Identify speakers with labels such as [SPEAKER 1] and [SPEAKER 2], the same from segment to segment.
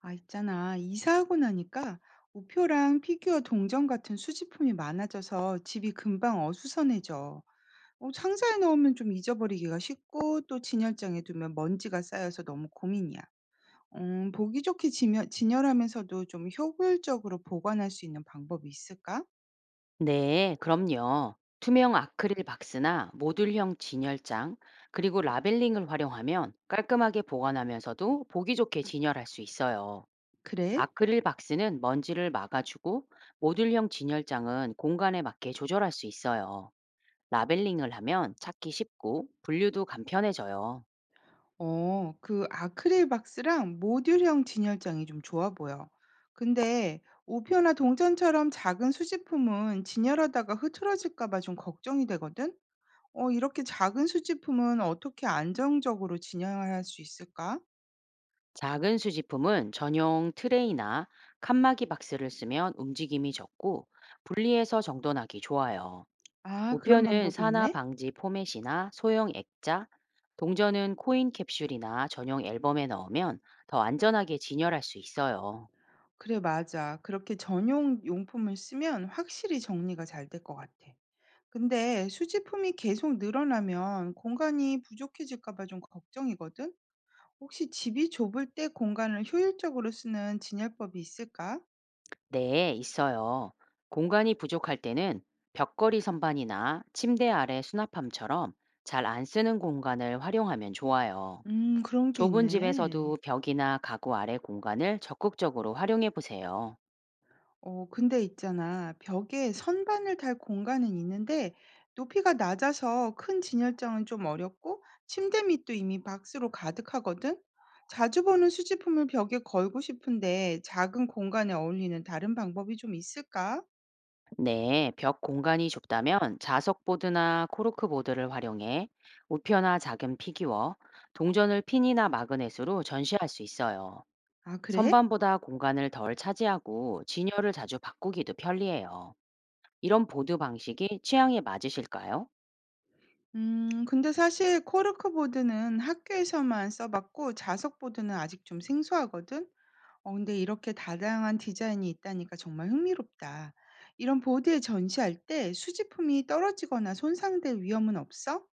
[SPEAKER 1] 아, 있잖아. 이사하고 나니까 우표랑 피규어 동전 같은 수집품이 많아져서 집이 금방 어수선해져. 상자에 넣으면 좀 잊어버리기가 쉽고 또 진열장에 두면 먼지가 쌓여서 너무 고민이야. 보기 좋게 진열하면서도 좀 효율적으로 보관할 수 있는 방법이 있을까?
[SPEAKER 2] 네, 그럼요. 투명 아크릴 박스나 모듈형 진열장, 그리고 라벨링을 활용하면 깔끔하게 보관하면서도 보기 좋게 진열할 수 있어요.
[SPEAKER 1] 그래?
[SPEAKER 2] 아크릴 박스는 먼지를 막아주고 모듈형 진열장은 공간에 맞게 조절할 수 있어요. 라벨링을 하면 찾기 쉽고 분류도 간편해져요.
[SPEAKER 1] 어, 그 아크릴 박스랑 모듈형 진열장이 좀 좋아 보여. 근데 우표나 동전처럼 작은 수집품은 진열하다가 흐트러질까 봐 좀 걱정이 되거든. 이렇게 작은 수집품은 어떻게 안정적으로 진열할 수 있을까?
[SPEAKER 2] 작은 수집품은 전용 트레이나 칸막이 박스를 쓰면 움직임이 적고 분리해서 정돈하기 좋아요.
[SPEAKER 1] 아, 그런
[SPEAKER 2] 우표는
[SPEAKER 1] 방법이
[SPEAKER 2] 산화
[SPEAKER 1] 있네?
[SPEAKER 2] 방지 포맷이나 소형 액자, 동전은 코인 캡슐이나 전용 앨범에 넣으면 더 안전하게 진열할 수 있어요.
[SPEAKER 1] 그래, 맞아. 그렇게 전용 용품을 쓰면 확실히 정리가 잘 될 것 같아. 근데 수집품이 계속 늘어나면 공간이 부족해질까 봐 좀 걱정이거든. 혹시 집이 좁을 때 공간을 효율적으로 쓰는 진열법이 있을까?
[SPEAKER 2] 네, 있어요. 공간이 부족할 때는 벽걸이 선반이나 침대 아래 수납함처럼 잘 안 쓰는 공간을 활용하면 좋아요.
[SPEAKER 1] 그런 게
[SPEAKER 2] 좁은
[SPEAKER 1] 있네.
[SPEAKER 2] 집에서도 벽이나 가구 아래 공간을 적극적으로 활용해 보세요.
[SPEAKER 1] 어, 근데 있잖아. 벽에 선반을 달 공간은 있는데 높이가 낮아서 큰 진열장은 좀 어렵고 침대 밑도 이미 박스로 가득하거든? 자주 보는 수집품을 벽에 걸고 싶은데 작은 공간에 어울리는 다른 방법이 좀 있을까?
[SPEAKER 2] 네, 벽 공간이 좁다면 자석보드나 코르크보드를 활용해 우표나 작은 피규어, 동전을 핀이나 마그넷으로 전시할 수 있어요.
[SPEAKER 1] 아, 그래?
[SPEAKER 2] 선반보다 공간을 덜 차지하고 진열을 자주 바꾸기도 편리해요. 이런 보드 방식이 취향에 맞으실까요?
[SPEAKER 1] 근데 사실 코르크보드는 학교에서만 써봤고 자석보드는 아직 좀 생소하거든? 어 근데 이렇게 다양한 디자인이 있다니까 정말 흥미롭다. 이런 보드에 전시할 때 수집품이 떨어지거나 손상될 위험은 없어?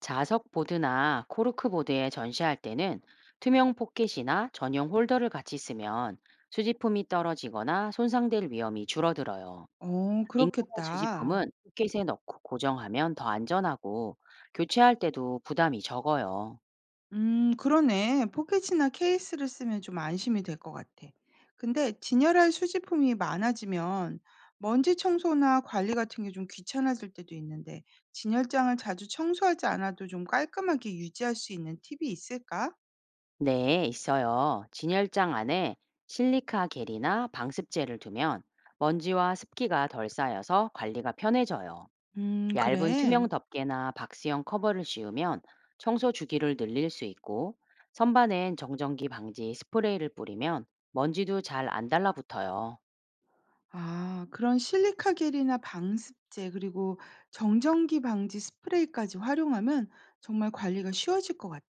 [SPEAKER 2] 자석보드나 코르크보드에 전시할 때는 투명 포켓이나 전용 홀더를 같이 쓰면 수집품이 떨어지거나 손상될 위험이 줄어들어요.
[SPEAKER 1] 어,
[SPEAKER 2] 민감한
[SPEAKER 1] 그렇겠다.
[SPEAKER 2] 수지품은 붓깃에 넣고 고정하면 더 안전하고 교체할 때도 부담이 적어요.
[SPEAKER 1] 그러네. 포켓이나 케이스를 쓰면 좀 안심이 될 것 같아. 근데 진열할 수집품이 많아지면 먼지 청소나 관리 같은 게 좀 귀찮아질 때도 있는데 진열장을 자주 청소하지 않아도 좀 깔끔하게 유지할 수 있는 팁이 있을까?
[SPEAKER 2] 네, 있어요. 진열장 안에 실리카 겔이나 방습제를 두면 먼지와 습기가 덜 쌓여서 관리가 편해져요. 얇은
[SPEAKER 1] 그래.
[SPEAKER 2] 투명 덮개나 박스형 커버를 씌우면 청소 주기를 늘릴 수 있고 선반엔 정전기 방지 스프레이를 뿌리면 먼지도 잘 안 달라붙어요.
[SPEAKER 1] 아 그런 실리카 겔이나 방습제 그리고 정전기 방지 스프레이까지 활용하면 정말 관리가 쉬워질 것 같아.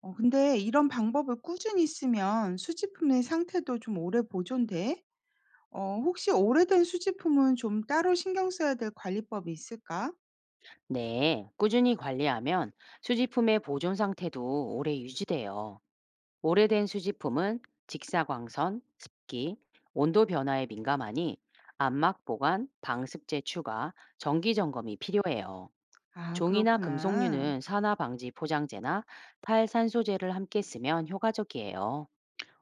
[SPEAKER 1] 어 근데 이런 방법을 꾸준히 쓰면 수집품의 상태도 좀 오래 보존돼? 어 혹시 오래된 수집품은 좀 따로 신경 써야 될 관리법이 있을까?
[SPEAKER 2] 네, 꾸준히 관리하면 수지품의 보존 상태도 오래 유지돼요. 오래된 수지품은 직사광선, 습기, 온도 변화에 민감하니 암막 보관, 방습제 추가, 정기 점검이 필요해요.
[SPEAKER 1] 아
[SPEAKER 2] 종이나
[SPEAKER 1] 그렇구나.
[SPEAKER 2] 금속류는 산화 방지 포장재나 탈산소제를 함께 쓰면 효과적이에요.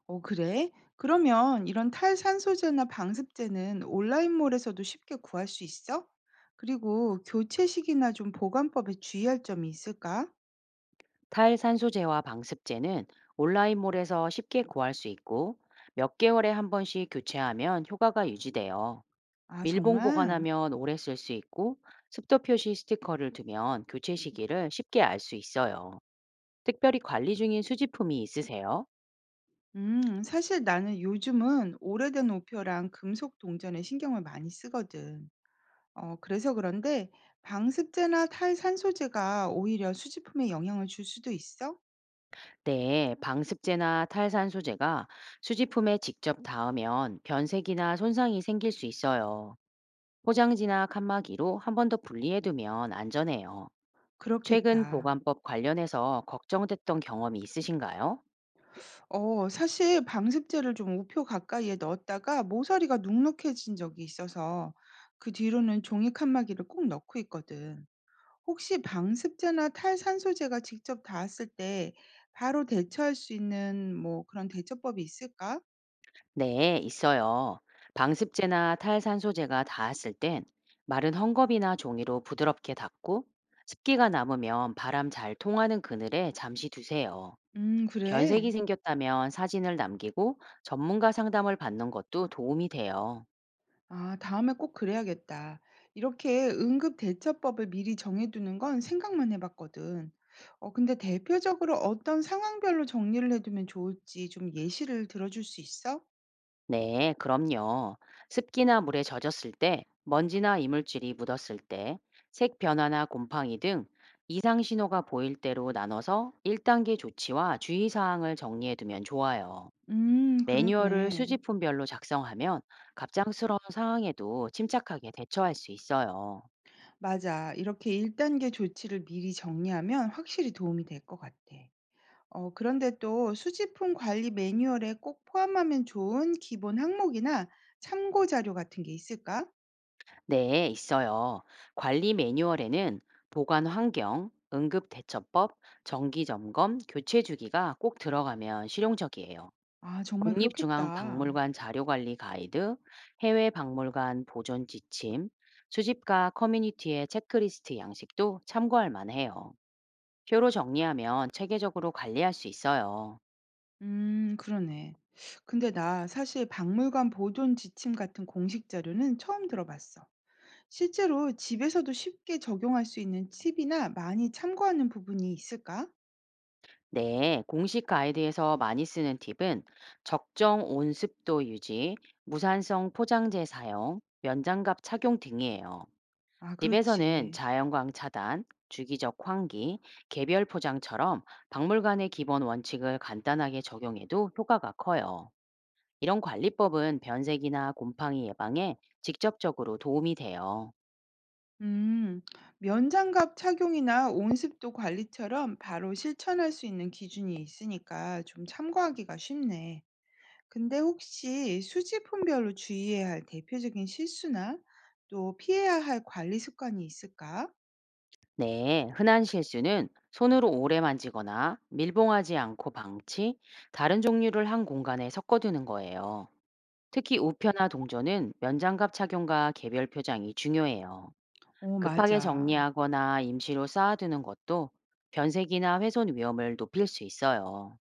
[SPEAKER 1] 어, 그래? 그러면 이런 탈산소제나 방습제는 온라인몰에서도 쉽게 구할 수 있어? 그리고 교체식이나 좀 보관법에 주의할 점이 있을까?
[SPEAKER 2] 탈산소제와 방습제는 온라인몰에서 쉽게 구할 수 있고 몇 개월에 한 번씩 교체하면 효과가 유지돼요.
[SPEAKER 1] 아,
[SPEAKER 2] 밀봉
[SPEAKER 1] 정말?
[SPEAKER 2] 보관하면 오래 쓸 수 있고 습도 표시 스티커를 두면 교체 시기를 쉽게 알 수 있어요. 특별히 관리 중인 수지품이 있으세요?
[SPEAKER 1] 사실 나는 요즘은 오래된 우표랑 금속 동전에 신경을 많이 쓰거든. 어, 그래서 그런데 방습제나 탈산소제가 오히려 수지품에 영향을 줄 수도 있어?
[SPEAKER 2] 네, 방습제나 탈산 소재가 수지품에 직접 닿으면 변색이나 손상이 생길 수 있어요. 포장지나 칸막이로 한 번 더 분리해두면 안전해요. 최근
[SPEAKER 1] 그렇겠다.
[SPEAKER 2] 보관법 관련해서 걱정됐던 경험이 있으신가요?
[SPEAKER 1] 어 사실 방습제를 좀 우표 가까이에 넣었다가 모서리가 눅눅해진 적이 있어서 그 뒤로는 종이 칸막이를 꼭 넣고 있거든. 혹시 방습제나 탈산소제가 직접 닿았을 때 바로 대처할 수 있는 뭐 그런 대처법이 있을까?
[SPEAKER 2] 네, 있어요. 방습제나 탈산소제가 닿았을 땐 마른 헝겊이나 종이로 부드럽게 닦고 습기가 남으면 바람 잘 통하는 그늘에 잠시 두세요. 변색이
[SPEAKER 1] 그래.
[SPEAKER 2] 생겼다면 사진을 남기고 전문가 상담을 받는 것도 도움이 돼요.
[SPEAKER 1] 아, 다음에 꼭 그래야겠다. 이렇게 응급 대처법을 미리 정해두는 건 생각만 해봤거든. 어, 근데 대표적으로 어떤 상황별로 정리를 해두면 좋을지 좀 예시를 들어줄 수 있어?
[SPEAKER 2] 네, 그럼요. 습기나 물에 젖었을 때, 먼지나 이물질이 묻었을 때, 색 변화나 곰팡이 등 이상 신호가 보일 대로 나눠서 1단계 조치와 주의사항을 정리해두면 좋아요. 매뉴얼을
[SPEAKER 1] 그러네.
[SPEAKER 2] 수집품별로 작성하면 갑작스러운 상황에도 침착하게 대처할 수 있어요.
[SPEAKER 1] 맞아. 이렇게 1단계 단계 조치를 미리 정리하면 확실히 도움이 될 것 같아. 어 그런데 또 수집품 관리 매뉴얼에 꼭 포함하면 좋은 기본 항목이나 참고 자료 같은 게 있을까?
[SPEAKER 2] 네, 있어요. 관리 매뉴얼에는 보관 환경, 응급 대처법, 정기 점검, 교체 주기가 꼭 들어가면 실용적이에요.
[SPEAKER 1] 아 정말 그렇겠다.
[SPEAKER 2] 국립중앙박물관 자료관리 가이드, 해외 박물관 보존 지침, 수집가 커뮤니티의 체크리스트 양식도 참고할 만해요. 표로 정리하면 체계적으로 관리할 수 있어요.
[SPEAKER 1] 그러네. 근데 나 사실 박물관 보존 지침 같은 공식 자료는 처음 들어봤어. 실제로 집에서도 쉽게 적용할 수 있는 팁이나 많이 참고하는 부분이 있을까?
[SPEAKER 2] 네, 공식 가이드에서 많이 쓰는 팁은 적정 온습도 유지, 무산성 포장재 사용, 면장갑 착용 등이에요.
[SPEAKER 1] 아
[SPEAKER 2] 집에서는
[SPEAKER 1] 그렇지.
[SPEAKER 2] 자연광 차단, 주기적 환기, 개별 포장처럼 박물관의 기본 원칙을 간단하게 적용해도 효과가 커요. 이런 관리법은 변색이나 곰팡이 예방에 직접적으로 도움이 돼요.
[SPEAKER 1] 음, 면장갑 착용이나 온습도 관리처럼 바로 실천할 수 있는 기준이 있으니까 좀 참고하기가 쉽네. 근데 혹시 수지품별로 주의해야 할 대표적인 실수나 또 피해야 할 관리 습관이 있을까?
[SPEAKER 2] 네, 흔한 실수는 손으로 오래 만지거나 밀봉하지 않고 방치, 다른 종류를 한 공간에 섞어두는 거예요. 특히 우표나 동전은 면장갑 착용과 개별 표장이 중요해요.
[SPEAKER 1] 어,
[SPEAKER 2] 급하게
[SPEAKER 1] 맞아.
[SPEAKER 2] 정리하거나 임시로 쌓아두는 것도 변색이나 훼손 위험을 높일 수 있어요.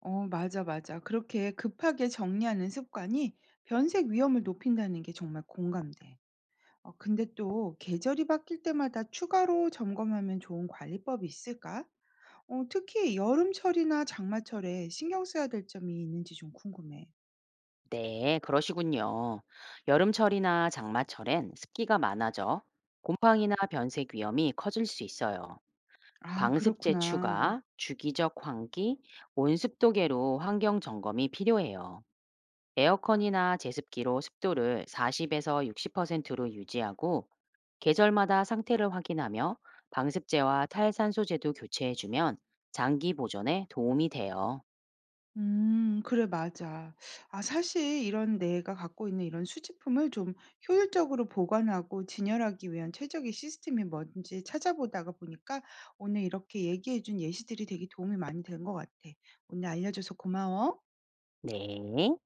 [SPEAKER 1] 어, 맞아, 맞아. 그렇게 급하게 정리하는 습관이 변색 위험을 높인다는 게 정말 공감돼. 어, 근데 또 계절이 바뀔 때마다 추가로 점검하면 좋은 관리법이 있을까? 어 특히 여름철이나 장마철에 신경 써야 될 점이 있는지 좀 궁금해.
[SPEAKER 2] 네, 그러시군요. 여름철이나 장마철엔 습기가 많아져 곰팡이나 변색 위험이 커질 수 있어요.
[SPEAKER 1] 아
[SPEAKER 2] 방습제
[SPEAKER 1] 그렇구나.
[SPEAKER 2] 추가, 주기적 환기, 온습도계로 환경 점검이 필요해요. 에어컨이나 제습기로 습도를 40에서 60%로 유지하고 계절마다 상태를 확인하며 방습제와 탈산소제도 교체해주면 장기 보존에 도움이 돼요.
[SPEAKER 1] 그래 맞아. 아 사실 이런 내가 갖고 있는 이런 수집품을 좀 효율적으로 보관하고 진열하기 위한 최적의 시스템이 뭔지 찾아보다가 보니까 오늘 이렇게 얘기해 준 예시들이 되게 도움이 많이 된 것 같아. 오늘 알려줘서 고마워.
[SPEAKER 2] 네.